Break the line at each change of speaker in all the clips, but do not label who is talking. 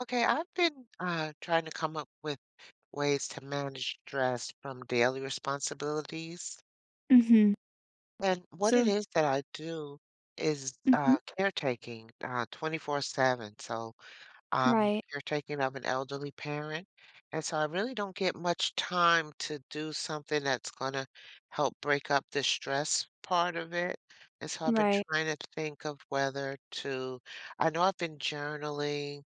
Okay, I've been trying to come up with ways to manage stress from daily responsibilities.
Mhm.
And what it
So
is that I do is
mhm.
caretaking 24/7. So I'm
Right.
caretaking of an elderly parent. And so I really don't get much time to do something that's going to help break up the stress part of it. And so I've been
Right.
trying to think of whether to, I know I've been journaling,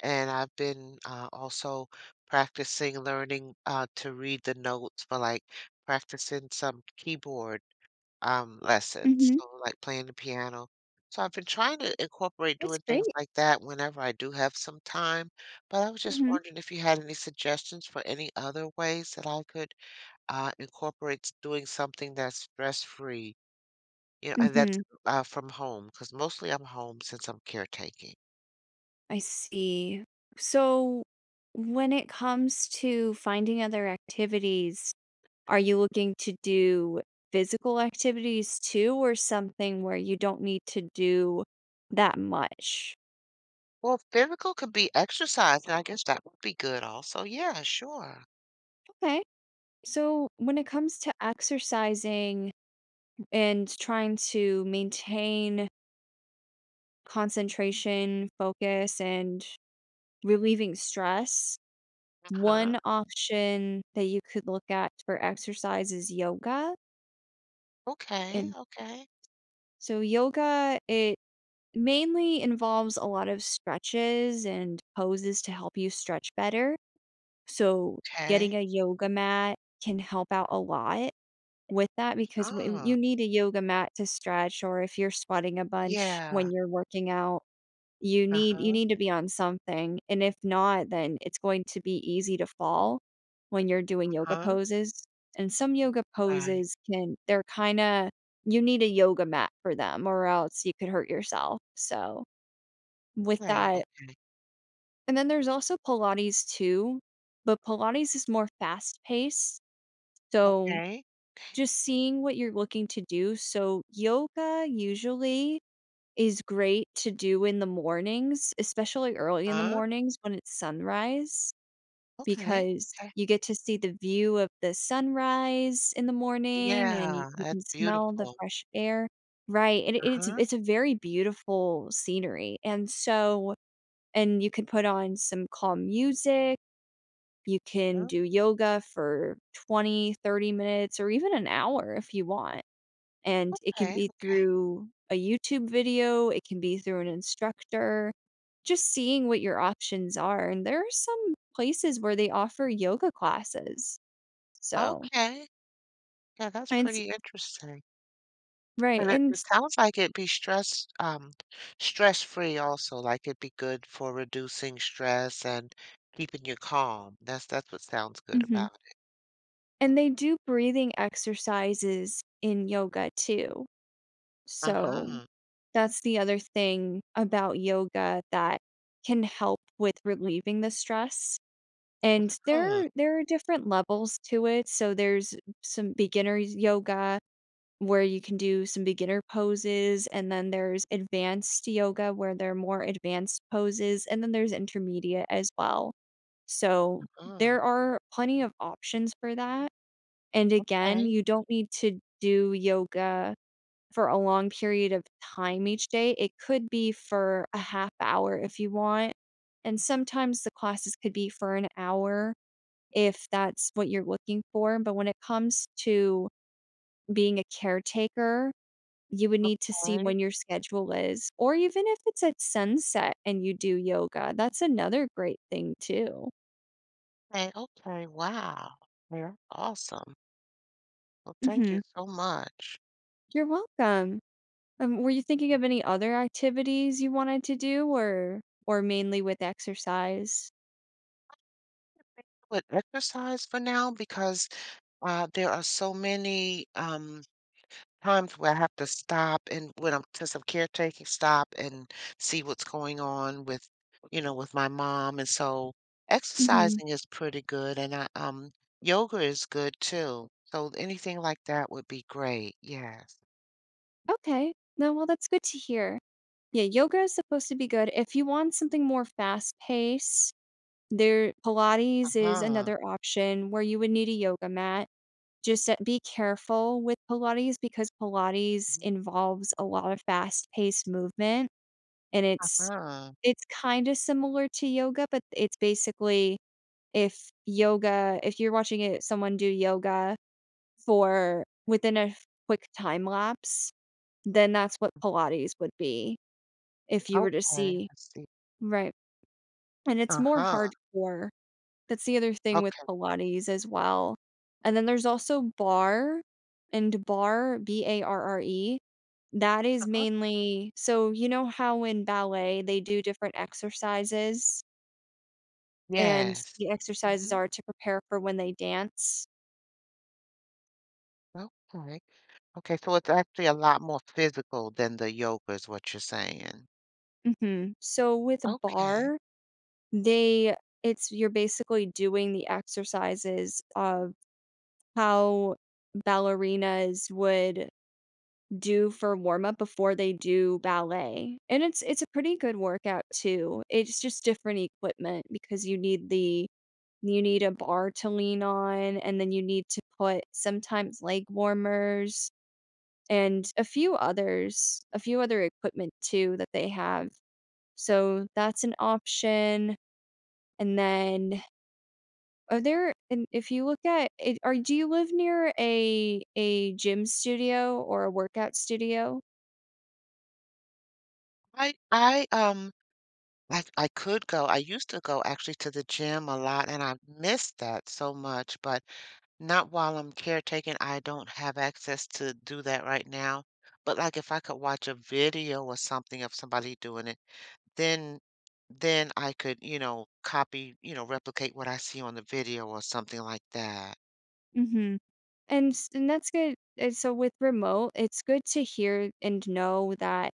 and I've been also practicing learning to read the notes for, like, practicing some keyboard lessons,
Mhm.
so like playing the piano. So I've been trying to incorporate
That's
doing
great.
things like that whenever I do have some time. But I was just
Mhm.
wondering if you had any suggestions for any other ways that I could incorporate doing something that's stress-free, you know, and that's
Mhm.
from home, because mostly I'm home since I'm caretaking.
I see. So when it comes to finding other activities, are you looking to do physical activities too or something where you don't need to do that much?
Well, if physical could be exercise, and I guess that would be good also. Yeah, sure.
Okay. So when it comes to exercising and trying to maintain concentration, focus, and relieving stress,
Uh-huh.
one option that you could look at for exercise is yoga,
Okay,
and
okay,
so yoga, it mainly involves a lot of stretches and poses to help you stretch better, so getting
okay.
a yoga mat can help out a lot with that because w
Oh,
you need a yoga mat to stretch or if you're sweating a bunch when
yeah.
you're working out. You need you
Uh-huh,
need to be on something, and if not, then it's going to be easy to fall when you're doing yoga
uh-huh.
poses, and some yoga
Right.
poses can they're kinda you need a yoga mat for them or else you could hurt yourself, so, with
Okay,
that
okay,
and then there's also Pilates too, but Pilates is more fast-paced, so
okay.
just seeing what you're looking to do, so yoga usually is great to do in the mornings, especially early in the
Uh,
mornings when it's sunrise,
okay,
because
okay.
you get to see the view of the sunrise in the morning and you
Yeah,
you can
that's
smell the
beautiful.
fresh air. Right, and it's
Uh-huh,
it's a very beautiful scenery, and so and you can put on some calm music, you can
uh,
do yoga for 20, 30 minutes, or even an hour if you want. And it can
okay,
be
okay.
through a YouTube video, it can be through an instructor, just seeing what your options are. And there are some places where they offer yoga classes. So,
Okay. Yeah, that's
and
pretty interesting.
right.
And it
And,
it sounds like it'd be stress stress-free also, like it'd be good for reducing stress and keeping you calm. That's what sounds good
mhm,
about it.
and
Mm.
they do breathing exercises in yoga too. So,
Uh-huh.
that's the other thing about yoga that can help with relieving the stress. And
Huh,
there are different levels to it, so there's some beginner yoga where you can do some beginner poses, and then there's advanced yoga where there are more advanced poses, and then there's intermediate as well. So,
uh-huh.
there are plenty of options for that, and again,
Okay,
you don't need to do yoga for a long period of time each day, it could be for a half hour if you want, and sometimes the classes could be for an hour if that's what you're looking for, but when it comes to being a caretaker, you would need to see
okay,
when your schedule is, or even if it's at sunset and you do yoga, that's another great thing too.
okay, okay, wow. Yeah, awesome. Well, thank you
Mhm.
so much.
You're welcome. Were you thinking
Yeah.
of any other activities you wanted to do or mainly with exercise?
With exercise for now, because there are so many times where I have to stop, and when I'm, since I'm caretaking, stop and see what's going on with, you know, with my mom. And so
Mhm.
exercising is pretty good, and I um, yoga is good too. So anything like that would be great. Yes.
Okay. No, well, that's good to hear. Yeah, yoga is supposed to be good. If you want something more fast paced, there Pilates is
Uh-huh.
another option where you would need a yoga mat. Just that be careful with Pilates because Pilates involves a lot of fast-paced movement, and it's
Uh-huh.
it's kinda similar to yoga, but it's basically if yoga if you're watching it someone do yoga for within a f quick time lapse, then that's what Pilates would be if you were to
Okay.
see.
I see.
Right, and it's more
Uh-huh.
hardcore. That's the other thing with
Okay.
Pilates as well. And then there's also bar and bar, Barre, that is
Uh-huh.
mainly so you know how in ballet they do different exercises, and
Yes.
the exercises
Hmm.
are to prepare for when they dance?
Okay. Okay. So it's actually a lot more physical than the yoga, is what you're saying.
Mhm. So with
Okay.
bar, they it's you're basically doing the exercises of how ballerinas would do for warm-up before they do ballet, and it's a pretty good workout too. It's just different equipment because you need the you need a bar to lean on, and then you need to put sometimes leg warmers and a few other equipment too that they have. So that's an option, and then are there and if you look at it are do you live near a gym studio or a workout studio?
I um, I could go. I used to go actually to the gym a lot and I missed that so much, but not while I'm caretaking. I don't have access to do that right now. But like if I could watch a video or something of somebody doing it, then then I could, you know, copy, you know, replicate what I see on the video or something like that.
Mhm. And s and that's good. And so with remote, it's good to hear and know that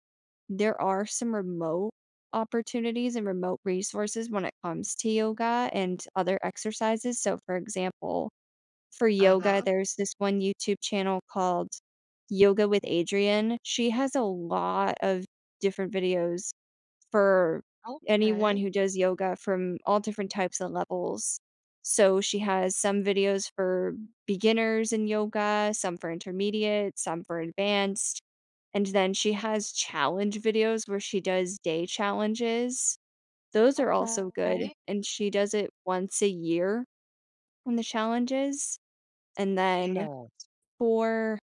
there are some remote opportunities and remote resources when it comes to yoga and other exercises. So, for example, for yoga,
Uh-huh.
there's this one YouTube channel called Yoga with Adriene. She has a lot of different videos for anyone
Okay.
who does yoga from all different types and levels. So she has some videos for beginners in yoga, some for intermediate, some for advanced, and then she has challenge videos where she does day challenges. Those are also
Okay.
good, and she does it once a year on the challenges. And then
Yeah.
for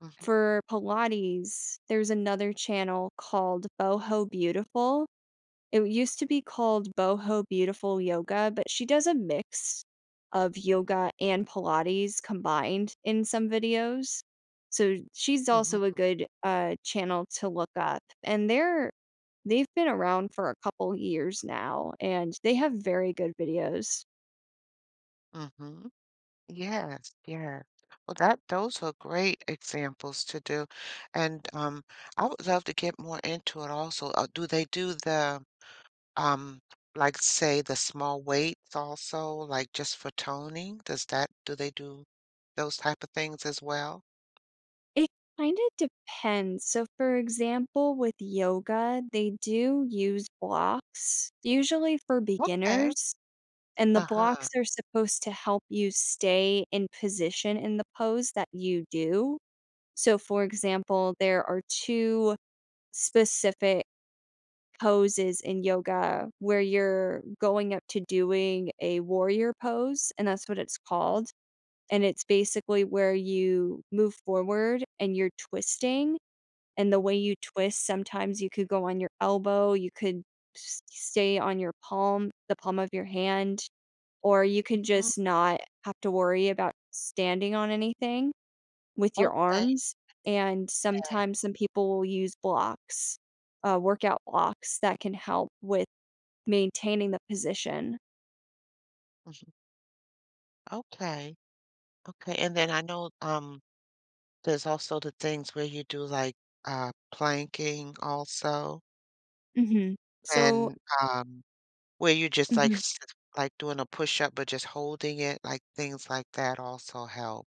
Mm-hmm.
for Pilates, there's another channel called Boho Beautiful. It used to be called Boho Beautiful Yoga, but she does a mix of yoga and Pilates combined in some videos. So she's also a
Mm-hmm.
good, channel to look up, and they've been around for a couple years now, and they have very good videos.
Mm-hmm. Yes, yeah. Well, that those are great examples to do, and I would love to get more into it also. Do they do the um, like, say, the small weights also, like just for toning? Does that, do they do those type of things as well?
It kinda depends. So, for example, with yoga, they do use blocks, usually for
Okay.
beginners. And the
Uh-huh.
blocks are supposed to help you stay in position in the pose that you do. So, for example, there are 2 specific poses in yoga where you're going up to doing a warrior pose, and that's what it's called, and it's basically where you move forward and you're twisting, and the way you twist, sometimes you could go on your elbow, you could s stay on your palm the palm of your hand or you can
Mhm.
just not have to worry about standing on anything with your
Okay.
arms. And sometimes some people will use blocks, workout blocks that can help with maintaining the position.
Mhm. Okay. Okay. And then I know there's also the things where you do like planking also,
hmm So,
and. Where you just like
mhm,
s like doing a push-up, but just holding it, like, things like that also help.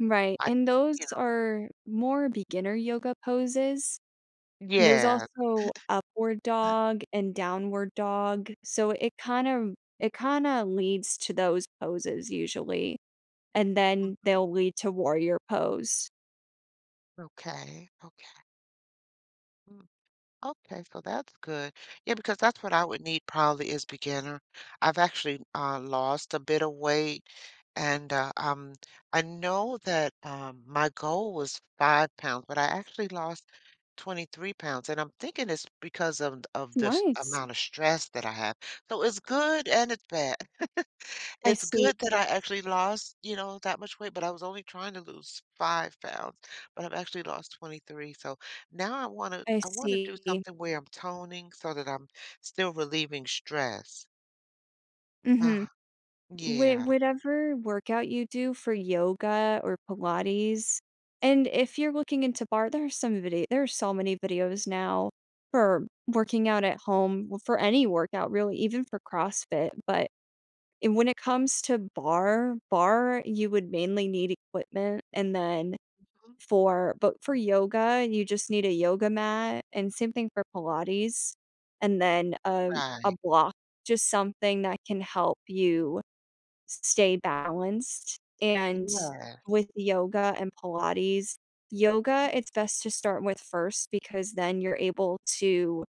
right.
I
And those
you know
are more beginner yoga poses. There's
Yeah.
also upward dog and downward dog. So it kind of leads to those poses usually. And
Mm,
then they'll lead to warrior pose.
okay, okay. Okay, so that's good. Yeah, because that's what I would need, probably, is beginner. I've actually lost a bit of weight, and I know that my goal was 5 pounds, but I actually lost 23 pounds, and I'm thinking it's because of the
Nice.
amount of stress that I have. So it's good and it's bad.
I
It's
see,
good that I actually lost, you know, that much weight, but I was only trying to lose 5 pounds, but I've actually lost 23, so now I wanna
I
I wanna do
see.
something where I'm toning so that I'm still relieving stress.
Mhm.
Uh, yeah.
Whatever workout you do for yoga or Pilates and if you're looking into bar there are some video there are so many videos now for working out at home, well, for any workout really, even for CrossFit, but and when it comes to bar, you would mainly need equipment and then
Mhm.
For but for yoga, you just need a yoga mat, and same thing for Pilates, and then, a
Right.
block, just something that can help you stay balanced, and
Yeah.
with yoga and Pilates yoga, it's best to start with first because then you're able to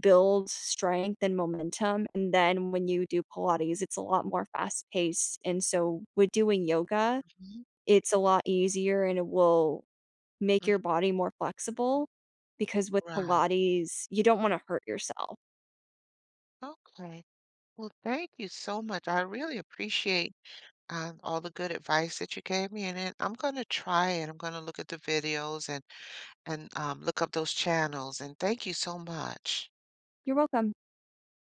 build strength and momentum, and then when you do Pilates, it's a lot more fast-paced, and so with doing yoga,
Mhm.
it's a lot easier and it will make
Mhm.
your body more flexible because with
Right.
Pilates, you don't wanna hurt yourself.
Okay. Well, thank you so much. I really appreciate, all the good advice that you gave me, and then I'm gonna try it. I'm gonna look at the videos and, look up those channels, and thank you so much.
You're welcome.